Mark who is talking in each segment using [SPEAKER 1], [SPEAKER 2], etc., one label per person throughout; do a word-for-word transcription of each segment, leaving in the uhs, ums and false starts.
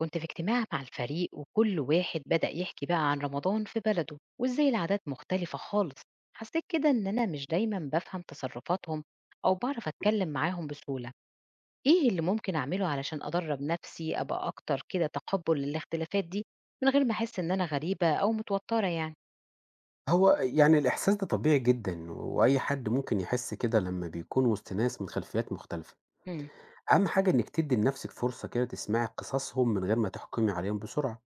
[SPEAKER 1] كنت في اجتماع مع الفريق، وكل واحد بدأ يحكي بقى عن رمضان في بلده وإزاي العادات مختلفة خالص. حسيت كده إن أنا مش دايما بفهم تصرفاتهم أو بعرف أتكلم معاهم بسهولة. إيه اللي ممكن أعمله علشان أدرب نفسي أبقى أكتر كده تقبل للاختلافات دي، من غير ما أحس إن أنا غريبة أو متوترة يعني؟
[SPEAKER 2] هو يعني الإحساس ده طبيعي جدًا، وأي حد ممكن يحس كده لمّا بيكون وسط ناس من خلفيات مختلفة.
[SPEAKER 1] مم.
[SPEAKER 2] أهم حاجة إنِّك تدّي لنفسِك فرصة كده تسمعي قصصهم من غير ما تحكمي عليهم بسرعة،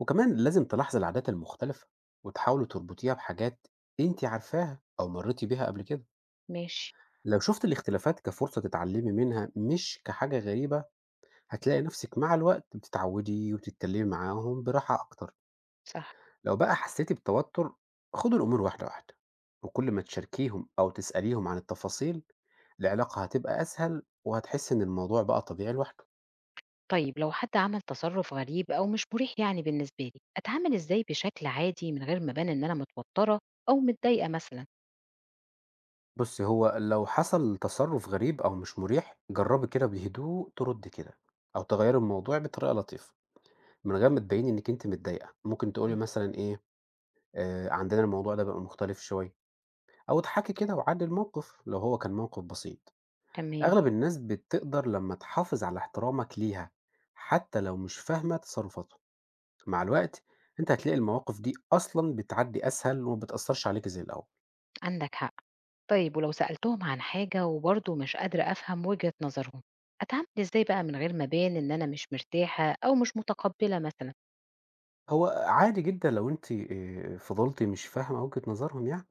[SPEAKER 2] وكمان لازم تلاحظي العادات المختلفة، وتحاولي تربطيها بحاجات أنتِ عارفاها أو مرّيتِ بيها قبل كده.
[SPEAKER 1] ماشي.
[SPEAKER 2] لو شُفتِ الاختلافات كفرصة تتعلمي منها مش كحاجة غريبة، هتلاقي نفسِك مع الوقت بتتعودي وبتتكلمي معاهم براحة أكتر.
[SPEAKER 1] صح.
[SPEAKER 2] لو بقى حسيتي بتوتر خدوا الأمور واحدة واحدة، وكل ما تشاركيهم أو تسأليهم عن التفاصيل العلاقة هتبقى أسهل وهتحس إن الموضوع بقى طبيعي لوحده.
[SPEAKER 1] طيب لو حد عمل تصرف غريب أو مش مريح يعني بالنسبة لي، أتعامل إزاي بشكل عادي من غير ما أبان إن أنا متوترة أو متضايقة مثلا؟
[SPEAKER 2] بص، هو لو حصل تصرف غريب أو مش مريح جربي كده بهدوء ترد كده أو تغيري الموضوع بطريقة لطيفة من غير ما تبيني إنك أنت متضايقة. ممكن تقولي
[SPEAKER 1] مم.
[SPEAKER 2] مثلا إيه، آه عندنا الموضوع ده بقى مختلف شوية، أو اضحكي كده وعدي الموقف لو هو كان موقف بسيط.
[SPEAKER 1] تمام.
[SPEAKER 2] أغلب الناس بتقدر لما تحافظ على احترامك ليها حتى لو مش فاهمة تصرفاته. مع الوقت أنت هتلاقي المواقف دي أصلا بتعدي أسهل وما بتأثرش عليك زي الأول.
[SPEAKER 1] عندك حق. طيب ولو سألتهم عن حاجة وبرضه مش قادرة أفهم وجهة نظرهم، أتعامل إزاي بقى من غير ما أبان إن أنا مش مرتاحة أو مش متقبلة مثلا؟
[SPEAKER 2] هو عادي جدا لو أنت آه، فضلتي مش فاهمة وجهة نظرهم يعني.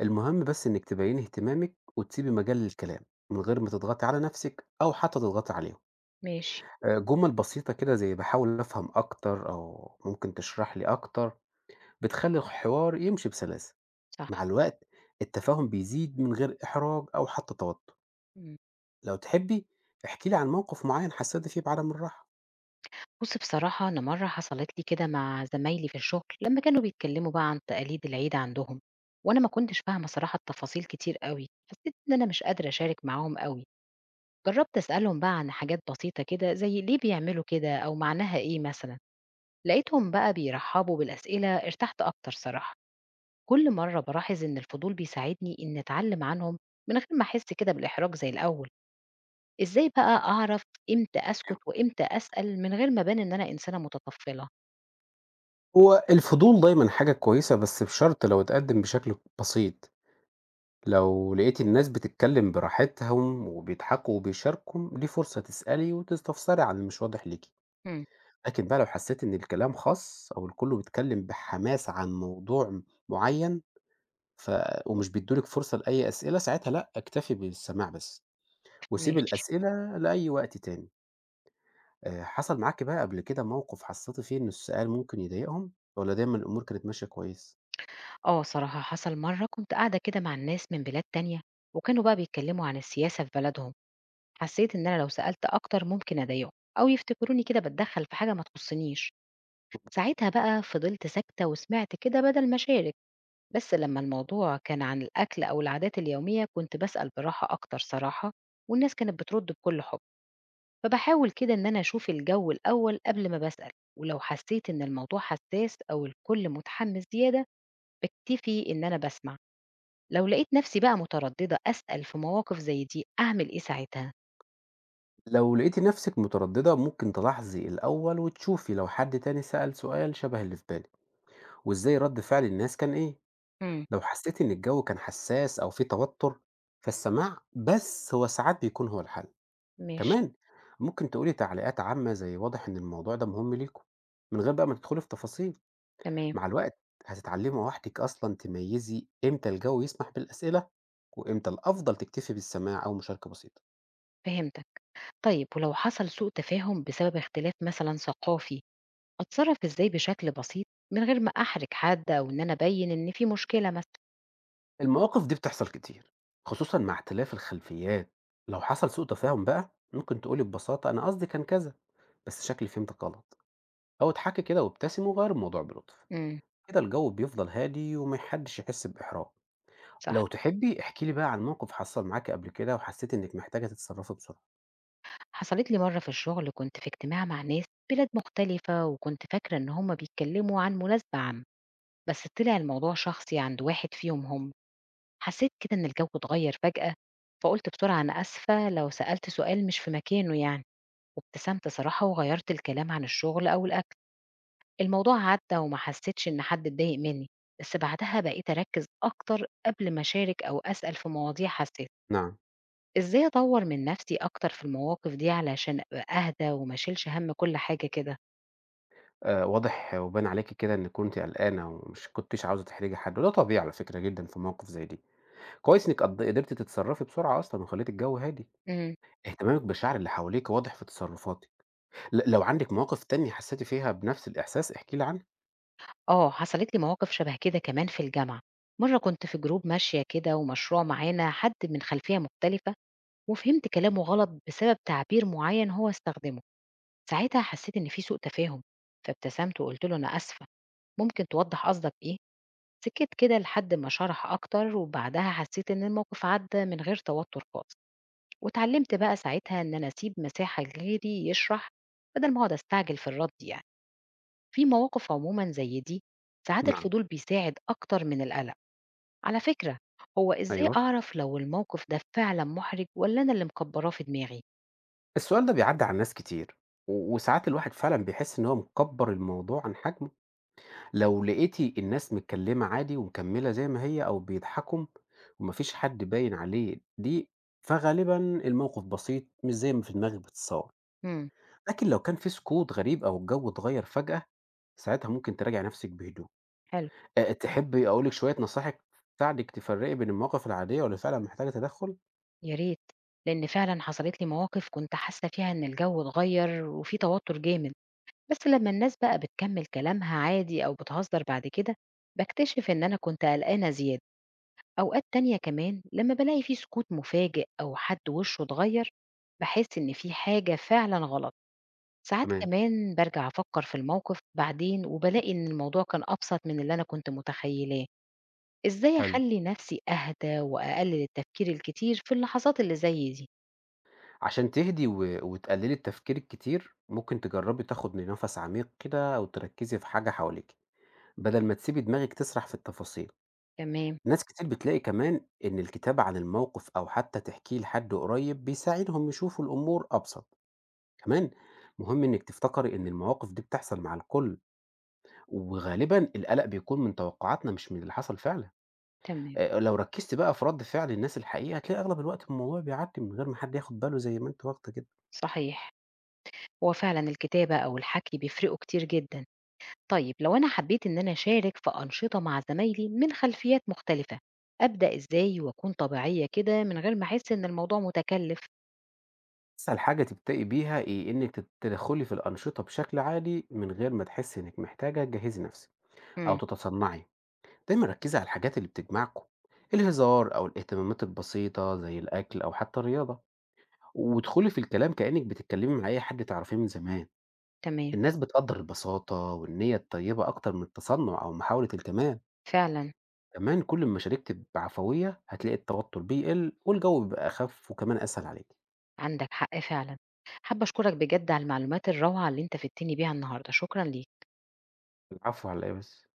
[SPEAKER 2] المهم بس إنك تبين اهتمامك وتسيبي مجال للكلام من غير ما تضغطي على نفسك أو حتى تضغطي عليهم.
[SPEAKER 1] ماشي.
[SPEAKER 2] آه، جمل بسيطة كده زي بحاول أفهم أكتر أو ممكن تشرح لي أكتر بتخلي الحوار يمشي بسلاسة.
[SPEAKER 1] صح.
[SPEAKER 2] مع الوقت التفاهم بيزيد من غير إحراج أو حتى توتر.
[SPEAKER 1] مم.
[SPEAKER 2] لو تحبي احكي لي عن موقف معين حسيت فيه بعدم الراحة.
[SPEAKER 1] بص، بصراحة أنا مرة حصلت لي كده مع زمايلي في الشغل لما كانوا بيتكلموا بقى عن تقاليد العيد عندهم، وأنا ما كنتش فاهمة صراحة التفاصيل كتير قوي. حسيت إن أنا مش قادرة أشارك معاهم قوي. جربت أسألهم بقى عن حاجات بسيطة كده زي ليه بيعملوا كده أو معناها إيه مثلا. لقيتهم بقى بيرحبوا بالأسئلة، ارتحت أكتر صراحة. كل مرة بلاحظ إن الفضول بيساعدني إن أتعلم عنهم من غير ما أحس كده بالإحراج زي الأول. إزاي بقى أعرف إمتى أسكت وإمتى أسأل من غير ما أبان إن أنا إنسانة متطفلة؟
[SPEAKER 2] هو الفضول دايما حاجة كويسة، بس بشرط لو اتقدم بشكل بسيط. لو لقيت الناس بتتكلم براحتهم وبيضحكوا وبيشاركوا دي فرصة تسألي وتستفسري عن اللي مش واضح ليكي.
[SPEAKER 1] هم.
[SPEAKER 2] لكن بقى لو حسيت إن الكلام خاص أو الكل بيتكلم بحماس عن موضوع معين ف... ومش بيدولك فرصة لأي أسئلة، ساعتها لأ اكتفي بالسماع بس، وسيب
[SPEAKER 1] ماشي.
[SPEAKER 2] الأسئلة لأي وقت تاني. آآ حصل معاكِ بقى قبل كده موقف حسّيتِ فيه إن السؤال ممكن يضايقهم والّا دايمًا الأمور كانت ماشية كويس؟
[SPEAKER 1] آه صراحة حصل مرة كنت قاعدة كده مع الناس من بلاد تانية، وكانوا بقى بيتكلموا عن السياسة في بلدهم. حسيت إن أنا لو سألت أكتر ممكن أضايقهم، أو يفتكروني كده بتدخل في حاجة ما تخصنيش. ساعتها بقى فضلت ساكتة وسمعت كده بدل ما أشارك. بس لما الموضوع كان عن الأكل أو العادات اليومية كنت بسأل براحة أكتر صراحة، والناس كانت بترد بكل حب. فبحاول كده إن أنا أشوف الجو الأول قبل ما بسأل، ولو حسيت إن الموضوع حساس أو الكل متحمس زيادة بكتفي إن أنا بسمع. لو لقيت نفسي بقى مترددة أسأل في مواقف زي دي أعمل إيه ساعتها؟
[SPEAKER 2] لو لقيتِ نَفْسِك متردّدة ممكن تلاحظي الأول وتشوفي لو حد تاني سأل سؤال شبه اللي في بالِك، وإزاي رَد فعل الناس كان إيه.
[SPEAKER 1] امم.
[SPEAKER 2] لو حسّيتِ إن الجو كان حساس أو في توتر، فالسماع بس هو ساعات بيكون هو الحل.
[SPEAKER 1] ماشي.
[SPEAKER 2] كمان ممكن تقولي تعليقات عامة زي واضح إن الموضوع ده مهم ليكم، من غير بقى ما تدخلي في تفاصيل.
[SPEAKER 1] تمام.
[SPEAKER 2] مع الوقت هتتعلمي وحدِك أصلًا تميّزي إمتى الجو يسمح بالأسئلة، وإمتى الأفضل تكتفي بالسماع أو مشاركة بسيطة.
[SPEAKER 1] فهمتك. طيب ولو حصل سوء تفاهم بسبب اختلاف مثلا ثقافي، أتصرّف إزاي بشكل بسيط من غير ما أحرج حد أو إن أنا أبيّن إن في مشكلة مثلًا؟
[SPEAKER 2] المواقف دي بتحصل كتير، خصوصًا مع اختلاف الخلفيات. لو حصل سوء تفاهم بقى، ممكن تقولي ببساطة أنا قصدي كان كذا، بس شكلي فهمتِك غلط، أو اضحكي كده وابتسمي وغيّري الموضوع بلطف.
[SPEAKER 1] إمم،
[SPEAKER 2] كده الجو بيفضل هادي وما حدش يحس بإحراج.
[SPEAKER 1] صح.
[SPEAKER 2] لو تحبي احكي لي بقى عن موقف حصل معاكِ قبل كده وحسيتِ إنِك محتاجة تتصرفي بسرعة.
[SPEAKER 1] حصلت لي مرّة في الشغل، كنت في اجتماع مع ناس بلاد مختلفة وكنت فاكرة إن هم بيتكلّموا عن مناسبة عامة، بس طلع الموضوع شخصي عند واحد فيهم هم. حسّيت كده إن الجو اتغيّر فجأة، فقُلت بسرعة أنا آسفة لو سألت سؤال مش في مكانه يعني، وابتسمت صراحة وغيّرت الكلام عن الشغل أو الأكل. الموضوع عدّى وما حسّيتش إن حد اتضايق منّي، بس بعدها بقيت أركّز أكتر قبل ما أشارك أو أسأل في مواضيع حسّاسة.
[SPEAKER 2] نعم.
[SPEAKER 1] إزاي أطوّر من نَفْسي أكتر في المواقف دي علشان أبقى أهدى وما أشيلش هَم كل حاجة كده؟
[SPEAKER 2] آآ واضح وبان عليكِ كده إنِّك كنتِ قلقانة ومش كنتيش عاوزة تحرجي حد، وده طبيعي على فكرة جدًا في مواقف زي دي. كويس إنِّك قد قدرتِ تتصرّفي بسرعة أصلًا وخلّيتِ الجو هادي.
[SPEAKER 1] إمم.
[SPEAKER 2] اهتمامِك بالشعر اللي حواليكِ واضح في تصرفاتِك. ل لو عندِك مواقف تانية حسّيتِ فيها بنفس الإحساس احكي لي عنها.
[SPEAKER 1] آه، حصلت لي مواقف شبه كده كمان في الجامعة. مرّة كنت في جروب ماشية كده ومشروع معانا حد من خلفية مختلفة، وفهمت كلامه غلط بسبب تعبير معيّن هو استخدمه. ساعتها حسّيت إن في سوء تفاهم، فابتسمت وقُلت له: "أنا آسفة، ممكن توضّح قصدك إيه؟" سكت كده لحد ما شرح أكتر، وبعدها حسيت إن الموقف عدى من غير توتر خالص. واتعلمت بقى ساعتها إن أنا أسيب مساحة لغيري يشرح بدل ما أقعد أستعجل في الرد يعني. في مواقف عموما زي دي ساعات
[SPEAKER 2] نعم،
[SPEAKER 1] الفضول بيساعد أكتر من القلق، على فكرة. هو إزاي
[SPEAKER 2] أيوه.
[SPEAKER 1] أعرف لو الموقف ده فعلا محرج ولا أنا اللي مكبراه في دماغي؟
[SPEAKER 2] السؤال ده بيعدّي على ناس كتير، و وساعات الواحد فعلًا بيحس إن هو مكبّر الموضوع عن حجمه. لو لقيتي الناس متكلمة عادي ومكملة زي ما هي أو بيضحكوا ومفيش حد باين عليه دي، فغالبا الموقف بسيط مش زي ما في دماغك بتتصور.
[SPEAKER 1] امم.
[SPEAKER 2] لكن لو كان في سكوت غريب أو الجو اتغير فجأة، ساعتها ممكن تراجع نفسك بهدوء.
[SPEAKER 1] حلو.
[SPEAKER 2] أه تحبي أقولك شوية نصائح تساعدك تفرقي بين المواقف العادية واللي فعلا محتاجة تدخل؟
[SPEAKER 1] يا ريت، لأن فعلا حصلت لي مواقف كنت حاسة فيها إن الجو اتغير وفي توتر جامد، بس لما الناس بقى بتكمل كلامها عادي أو بتهزر بعد كده بكتشف إن أنا كنت قلقانة زيادة. أوقات تانية كمان لما بلاقي فيه سكوت مفاجئ أو حد وشه اتغير بحس إن في حاجة فعلا غلط. ساعات
[SPEAKER 2] تمام.
[SPEAKER 1] كمان برجع أفكر في الموقف بعدين وبلاقي إن الموضوع كان أبسط من اللي أنا كنت متخيلاه. إزاي
[SPEAKER 2] حلو.
[SPEAKER 1] أخلي نفسي أهدى وأقلل التفكير الكتير في اللحظات اللي زي دي؟
[SPEAKER 2] عشان تهدي و... وتقللي التفكير الكتير ممكن تجربي تاخد نفس عميق كده أو تركزي في حاجة حواليك بدل ما تسيبي دماغك تسرح في التفاصيل.
[SPEAKER 1] تمام.
[SPEAKER 2] ناس كتير بتلاقي كمان إن الكتابة عن الموقف أو حتى تحكيه لحد قريب بيساعدهم يشوفوا الأمور أبسط. كمان مهم إنك تفتكري إن المواقف دي بتحصل مع الكل، وغالبا القلق بيكون من توقعاتنا مش من اللي حصل فعلا.
[SPEAKER 1] تمام.
[SPEAKER 2] آه، لو ركزت بقى في رد فعل الناس الحقيقة هتلاقي أغلب الوقت الموضوع بيعدي من غير ما حد ياخد باله زي ما أنت واخدة كده.
[SPEAKER 1] صحيح. هو فعلا الكتابة أو الحكي بيفرقوا كتير جدا. طيب لو أنا حبيت إن أنا أشارك في أنشطة مع زمايلي من خلفيات مختلفة، أبدأ إزاي وأكون طبيعية كده من غير ما أحس إن الموضوع متكلف؟
[SPEAKER 2] أسهل حاجة تبتدي بيها إيه إنك تدخلي في الأنشطة بشكل عادي من غير ما تحسي إنك محتاجة تجهزي نفسك أو
[SPEAKER 1] امم.
[SPEAKER 2] تتصنعي. دايما ركزي على الحاجات اللي بتجمعكم، الهزار أو الاهتمامات البسيطة زي الأكل أو حتى الرياضة، وادخلي في الكلام كأنك بتتكلمي مع أي حد تعرفيه من زمان.
[SPEAKER 1] تمام.
[SPEAKER 2] الناس بتقدر البساطة والنية الطيبة أكتر من التصنع أو محاولة الكمال.
[SPEAKER 1] فعلا.
[SPEAKER 2] كمان كل ما شاركت بعفوية هتلاقي التوتر بيقل والجو بيبقى أخف وكمان أسهل عليك.
[SPEAKER 1] عندك حق فعلا. حابة أشكرك بجد على المعلومات الروعة اللي أنت فدتني بيها النهاردة. شكرا ليك.
[SPEAKER 2] العفو، على إيه بس.